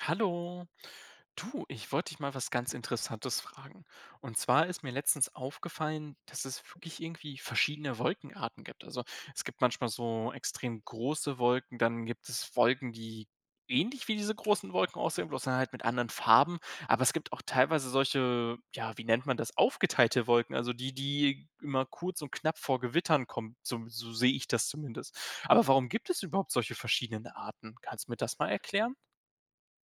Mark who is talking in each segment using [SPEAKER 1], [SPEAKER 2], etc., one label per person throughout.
[SPEAKER 1] Hallo. Du, ich wollte dich mal was ganz Interessantes fragen. Und zwar ist mir letztens aufgefallen, dass es wirklich irgendwie verschiedene Wolkenarten gibt. Also es gibt manchmal so extrem große Wolken, dann gibt es Wolken, die ähnlich wie diese großen Wolken aussehen, bloß dann halt mit anderen Farben. Aber es gibt auch teilweise solche, ja, wie nennt man das, aufgeteilte Wolken, also die, die immer kurz und knapp vor Gewittern kommen. So, so sehe ich das zumindest. Aber warum gibt es überhaupt solche verschiedenen Arten? Kannst du mir das mal erklären?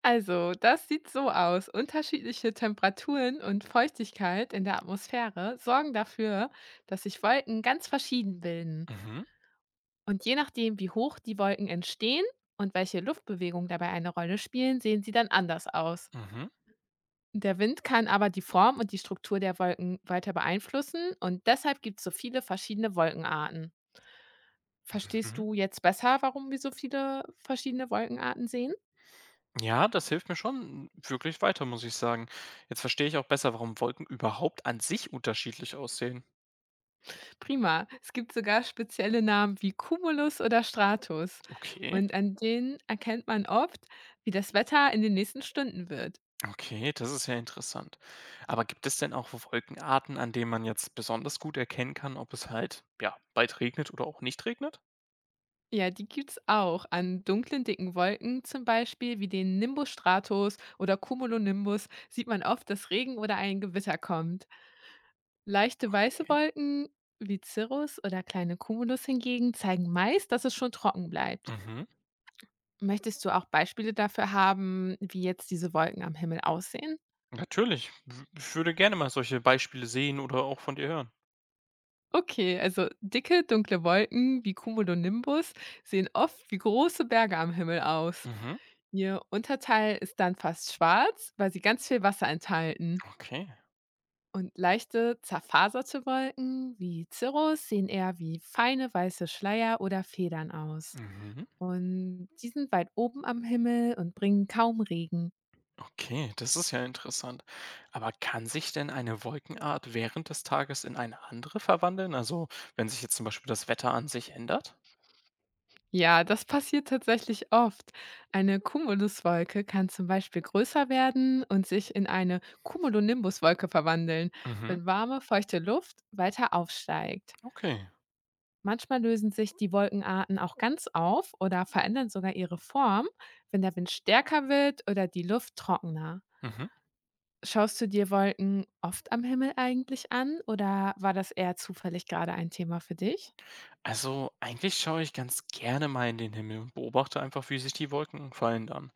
[SPEAKER 2] Also, das sieht so aus. Unterschiedliche Temperaturen und Feuchtigkeit in der Atmosphäre sorgen dafür, dass sich Wolken ganz verschieden bilden.
[SPEAKER 1] Mhm.
[SPEAKER 2] Und je nachdem, wie hoch die Wolken entstehen und welche Luftbewegungen dabei eine Rolle spielen, sehen sie dann anders aus.
[SPEAKER 1] Mhm,
[SPEAKER 2] Der Wind kann aber die Form und die Struktur der Wolken weiter beeinflussen und deshalb gibt es so viele verschiedene Wolkenarten. Verstehst
[SPEAKER 1] mhm.
[SPEAKER 2] du jetzt besser, warum wir so viele verschiedene Wolkenarten sehen?
[SPEAKER 1] Ja, das hilft mir schon wirklich weiter, muss ich sagen. Jetzt verstehe ich auch besser, warum Wolken überhaupt an sich unterschiedlich aussehen.
[SPEAKER 2] Prima. Es gibt sogar spezielle Namen wie Cumulus oder Stratus.
[SPEAKER 1] Okay,
[SPEAKER 2] Und an denen erkennt man oft, wie das Wetter in den nächsten Stunden wird.
[SPEAKER 1] okay, das ist ja interessant. Aber gibt es denn auch Wolkenarten, an denen man jetzt besonders gut erkennen kann, ob es halt, ja, bald regnet oder auch nicht regnet?
[SPEAKER 2] Ja, die gibt's auch an dunklen, dicken Wolken, zum Beispiel wie den Nimbostratus oder Cumulonimbus, sieht man oft, dass Regen oder ein Gewitter kommt. Leichte weiße
[SPEAKER 1] Okay.
[SPEAKER 2] Wolken wie Cirrus oder kleine Cumulus hingegen zeigen meist, dass es schon trocken bleibt.
[SPEAKER 1] Mhm.
[SPEAKER 2] Möchtest du auch Beispiele dafür haben, wie jetzt diese Wolken am Himmel aussehen?
[SPEAKER 1] Natürlich. Ich würde gerne mal solche Beispiele sehen oder auch von dir hören.
[SPEAKER 2] Okay, also dicke, dunkle Wolken wie Cumulonimbus sehen oft wie große Berge am Himmel aus.
[SPEAKER 1] Mhm.
[SPEAKER 2] Ihr Unterteil ist dann fast schwarz, weil sie ganz viel Wasser enthalten.
[SPEAKER 1] Okay.
[SPEAKER 2] Und leichte, zerfaserte Wolken wie Cirrus sehen eher wie feine weiße Schleier oder Federn aus.
[SPEAKER 1] Mhm.
[SPEAKER 2] Und die sind weit oben am Himmel und bringen kaum Regen.
[SPEAKER 1] Okay, das ist ja interessant. Aber kann sich denn eine Wolkenart während des Tages in eine andere verwandeln? Also, wenn sich jetzt zum Beispiel das Wetter an sich ändert?
[SPEAKER 2] Ja, das passiert tatsächlich oft. Eine Cumuluswolke kann zum Beispiel größer werden und sich in eine Cumulonimbuswolke verwandeln,
[SPEAKER 1] Mhm,
[SPEAKER 2] wenn warme, feuchte Luft weiter aufsteigt.
[SPEAKER 1] okay.
[SPEAKER 2] Manchmal lösen sich die Wolkenarten auch ganz auf oder verändern sogar ihre Form, wenn der Wind stärker wird oder die Luft trockener.
[SPEAKER 1] Mhm.
[SPEAKER 2] Schaust du dir Wolken oft am Himmel eigentlich an oder war das eher zufällig gerade ein Thema für dich?
[SPEAKER 1] Also, eigentlich schaue ich ganz gerne mal in den Himmel und beobachte einfach, wie sich die Wolken verändern.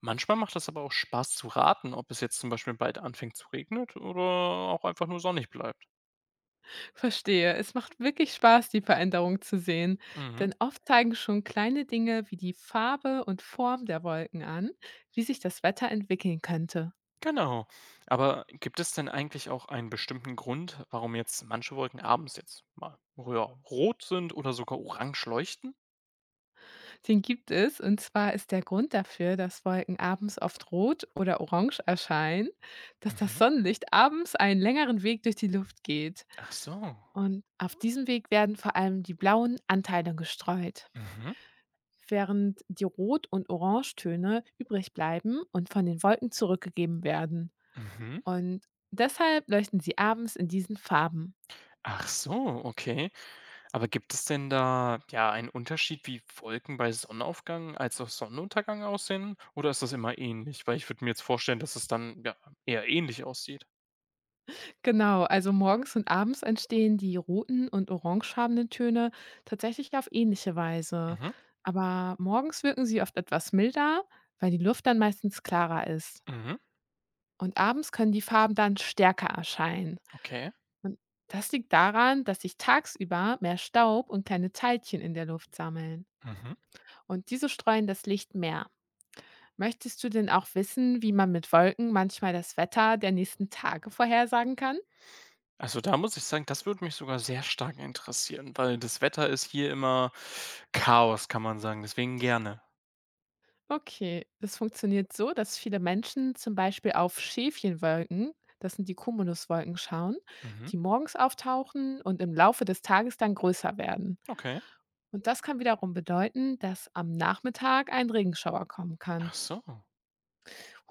[SPEAKER 1] Manchmal macht es aber auch Spaß zu raten, ob es jetzt zum Beispiel bald anfängt zu regnen oder auch einfach nur sonnig bleibt.
[SPEAKER 2] Verstehe. Es macht wirklich Spaß, die Veränderung zu sehen,
[SPEAKER 1] Mhm.
[SPEAKER 2] denn oft zeigen schon kleine Dinge wie die Farbe und Form der Wolken an, wie sich das Wetter entwickeln könnte.
[SPEAKER 1] Genau. Aber gibt es denn eigentlich auch einen bestimmten Grund, warum jetzt manche Wolken abends jetzt mal, ja, rot sind oder sogar orange leuchten?
[SPEAKER 2] Den gibt es, und zwar ist der Grund dafür, dass Wolken abends oft rot oder orange erscheinen, dass das
[SPEAKER 1] Mhm.
[SPEAKER 2] Sonnenlicht abends einen längeren Weg durch die Luft geht.
[SPEAKER 1] Ach so.
[SPEAKER 2] Und auf diesem Weg werden vor allem die blauen Anteile gestreut,
[SPEAKER 1] Mhm.
[SPEAKER 2] während die Rot- und Orangetöne übrig bleiben und von den Wolken zurückgegeben werden.
[SPEAKER 1] Mhm.
[SPEAKER 2] Und deshalb leuchten sie abends in diesen Farben.
[SPEAKER 1] Ach so, okay. Aber gibt es denn da ja einen Unterschied, wie Wolken bei Sonnenaufgang als auch Sonnenuntergang aussehen? Oder ist das immer ähnlich? Weil ich würde mir jetzt vorstellen, dass es dann ja eher ähnlich aussieht.
[SPEAKER 2] Genau, also morgens und abends entstehen die roten und orangefarbenen Töne tatsächlich auf ähnliche Weise.
[SPEAKER 1] Mhm.
[SPEAKER 2] Aber morgens wirken sie oft etwas milder, weil die Luft dann meistens klarer ist.
[SPEAKER 1] Mhm.
[SPEAKER 2] Und abends können die Farben dann stärker erscheinen.
[SPEAKER 1] Okay.
[SPEAKER 2] Und das liegt daran, dass sich tagsüber mehr Staub und kleine Teilchen in der Luft sammeln.
[SPEAKER 1] Mhm.
[SPEAKER 2] Und diese streuen das Licht mehr. Möchtest du denn auch wissen, wie man mit Wolken manchmal das Wetter der nächsten Tage vorhersagen kann?
[SPEAKER 1] Also, da muss ich sagen, das würde mich sogar sehr stark interessieren, weil das Wetter ist hier immer Chaos, kann man sagen. Deswegen gerne.
[SPEAKER 2] Okay, das funktioniert so, dass viele Menschen zum Beispiel auf Schäfchenwolken, das sind die Cumuluswolken, schauen,
[SPEAKER 1] Mhm,
[SPEAKER 2] die morgens auftauchen und im Laufe des Tages dann größer werden.
[SPEAKER 1] okay.
[SPEAKER 2] Und das kann wiederum bedeuten, dass am Nachmittag ein Regenschauer kommen kann.
[SPEAKER 1] Ach so.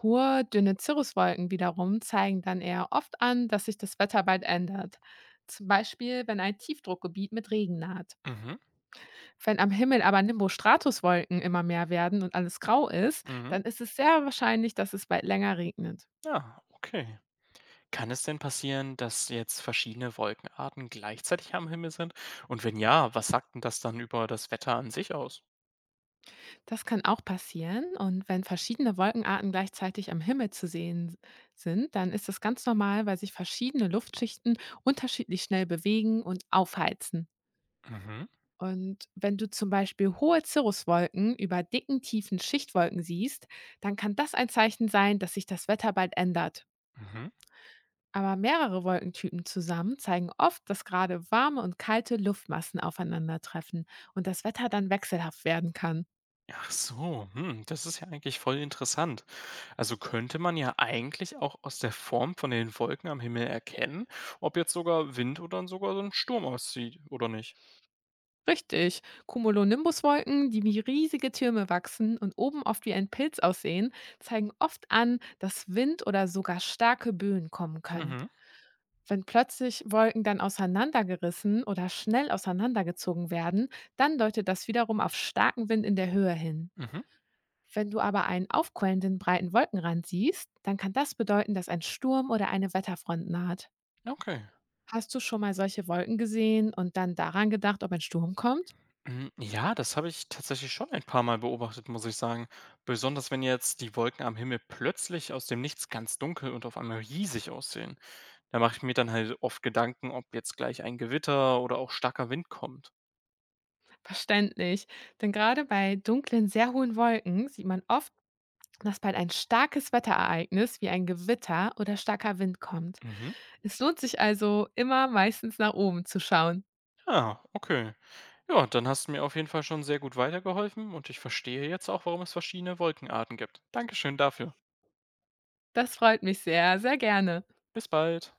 [SPEAKER 2] Hohe, dünne Cirruswolken wiederum zeigen dann eher oft an, dass sich das Wetter bald ändert. Zum Beispiel, wenn ein Tiefdruckgebiet mit Regen naht.
[SPEAKER 1] Mhm,
[SPEAKER 2] Wenn am Himmel aber Nimbostratuswolken immer mehr werden und alles grau ist,
[SPEAKER 1] mhm.
[SPEAKER 2] dann ist es sehr wahrscheinlich, dass es bald länger regnet.
[SPEAKER 1] Ja, okay. Kann es denn passieren, dass jetzt verschiedene Wolkenarten gleichzeitig am Himmel sind? Und wenn ja, was sagt denn das dann über das Wetter an sich aus?
[SPEAKER 2] Das kann auch passieren, und wenn verschiedene Wolkenarten gleichzeitig am Himmel zu sehen sind, dann ist das ganz normal, weil sich verschiedene Luftschichten unterschiedlich schnell bewegen und aufheizen.
[SPEAKER 1] Mhm,
[SPEAKER 2] Und wenn du zum Beispiel hohe Cirruswolken über dicken, tiefen Schichtwolken siehst, dann kann das ein Zeichen sein, dass sich das Wetter bald ändert.
[SPEAKER 1] mhm.
[SPEAKER 2] Aber mehrere Wolkentypen zusammen zeigen oft, dass gerade warme und kalte Luftmassen aufeinandertreffen und das Wetter dann wechselhaft werden kann.
[SPEAKER 1] Ach so, hm, das ist ja eigentlich voll interessant. Also könnte man ja eigentlich auch aus der Form von den Wolken am Himmel erkennen, ob jetzt sogar Wind oder sogar so ein Sturm auszieht oder nicht.
[SPEAKER 2] Richtig, Cumulonimbuswolken, die wie riesige Türme wachsen und oben oft wie ein Pilz aussehen, zeigen oft an, dass Wind oder sogar starke Böen kommen können.
[SPEAKER 1] Mhm,
[SPEAKER 2] Wenn plötzlich Wolken dann auseinandergerissen oder schnell auseinandergezogen werden, dann deutet das wiederum auf starken Wind in der Höhe hin.
[SPEAKER 1] mhm,
[SPEAKER 2] Wenn du aber einen aufquellenden breiten Wolkenrand siehst, dann kann das bedeuten, dass ein Sturm oder eine Wetterfront naht.
[SPEAKER 1] okay.
[SPEAKER 2] Hast du schon mal solche Wolken gesehen und dann daran gedacht, ob ein Sturm kommt?
[SPEAKER 1] Hm, ja, das habe ich tatsächlich schon ein paar Mal beobachtet, muss ich sagen. Besonders wenn jetzt die Wolken am Himmel plötzlich aus dem Nichts ganz dunkel und auf einmal riesig aussehen. Da mache ich mir dann halt oft Gedanken, ob jetzt gleich ein Gewitter oder auch starker Wind kommt.
[SPEAKER 2] Verständlich, denn gerade bei dunklen, sehr hohen Wolken sieht man oft, dass bald ein starkes Wetterereignis wie ein Gewitter oder starker Wind kommt.
[SPEAKER 1] Mhm.
[SPEAKER 2] Es lohnt sich also immer meistens nach oben zu schauen.
[SPEAKER 1] Ja, okay. Ja, dann hast du mir auf jeden Fall schon sehr gut weitergeholfen und ich verstehe jetzt auch, warum es verschiedene Wolkenarten gibt. Dankeschön dafür.
[SPEAKER 2] Das freut mich sehr, sehr gerne.
[SPEAKER 1] Bis bald.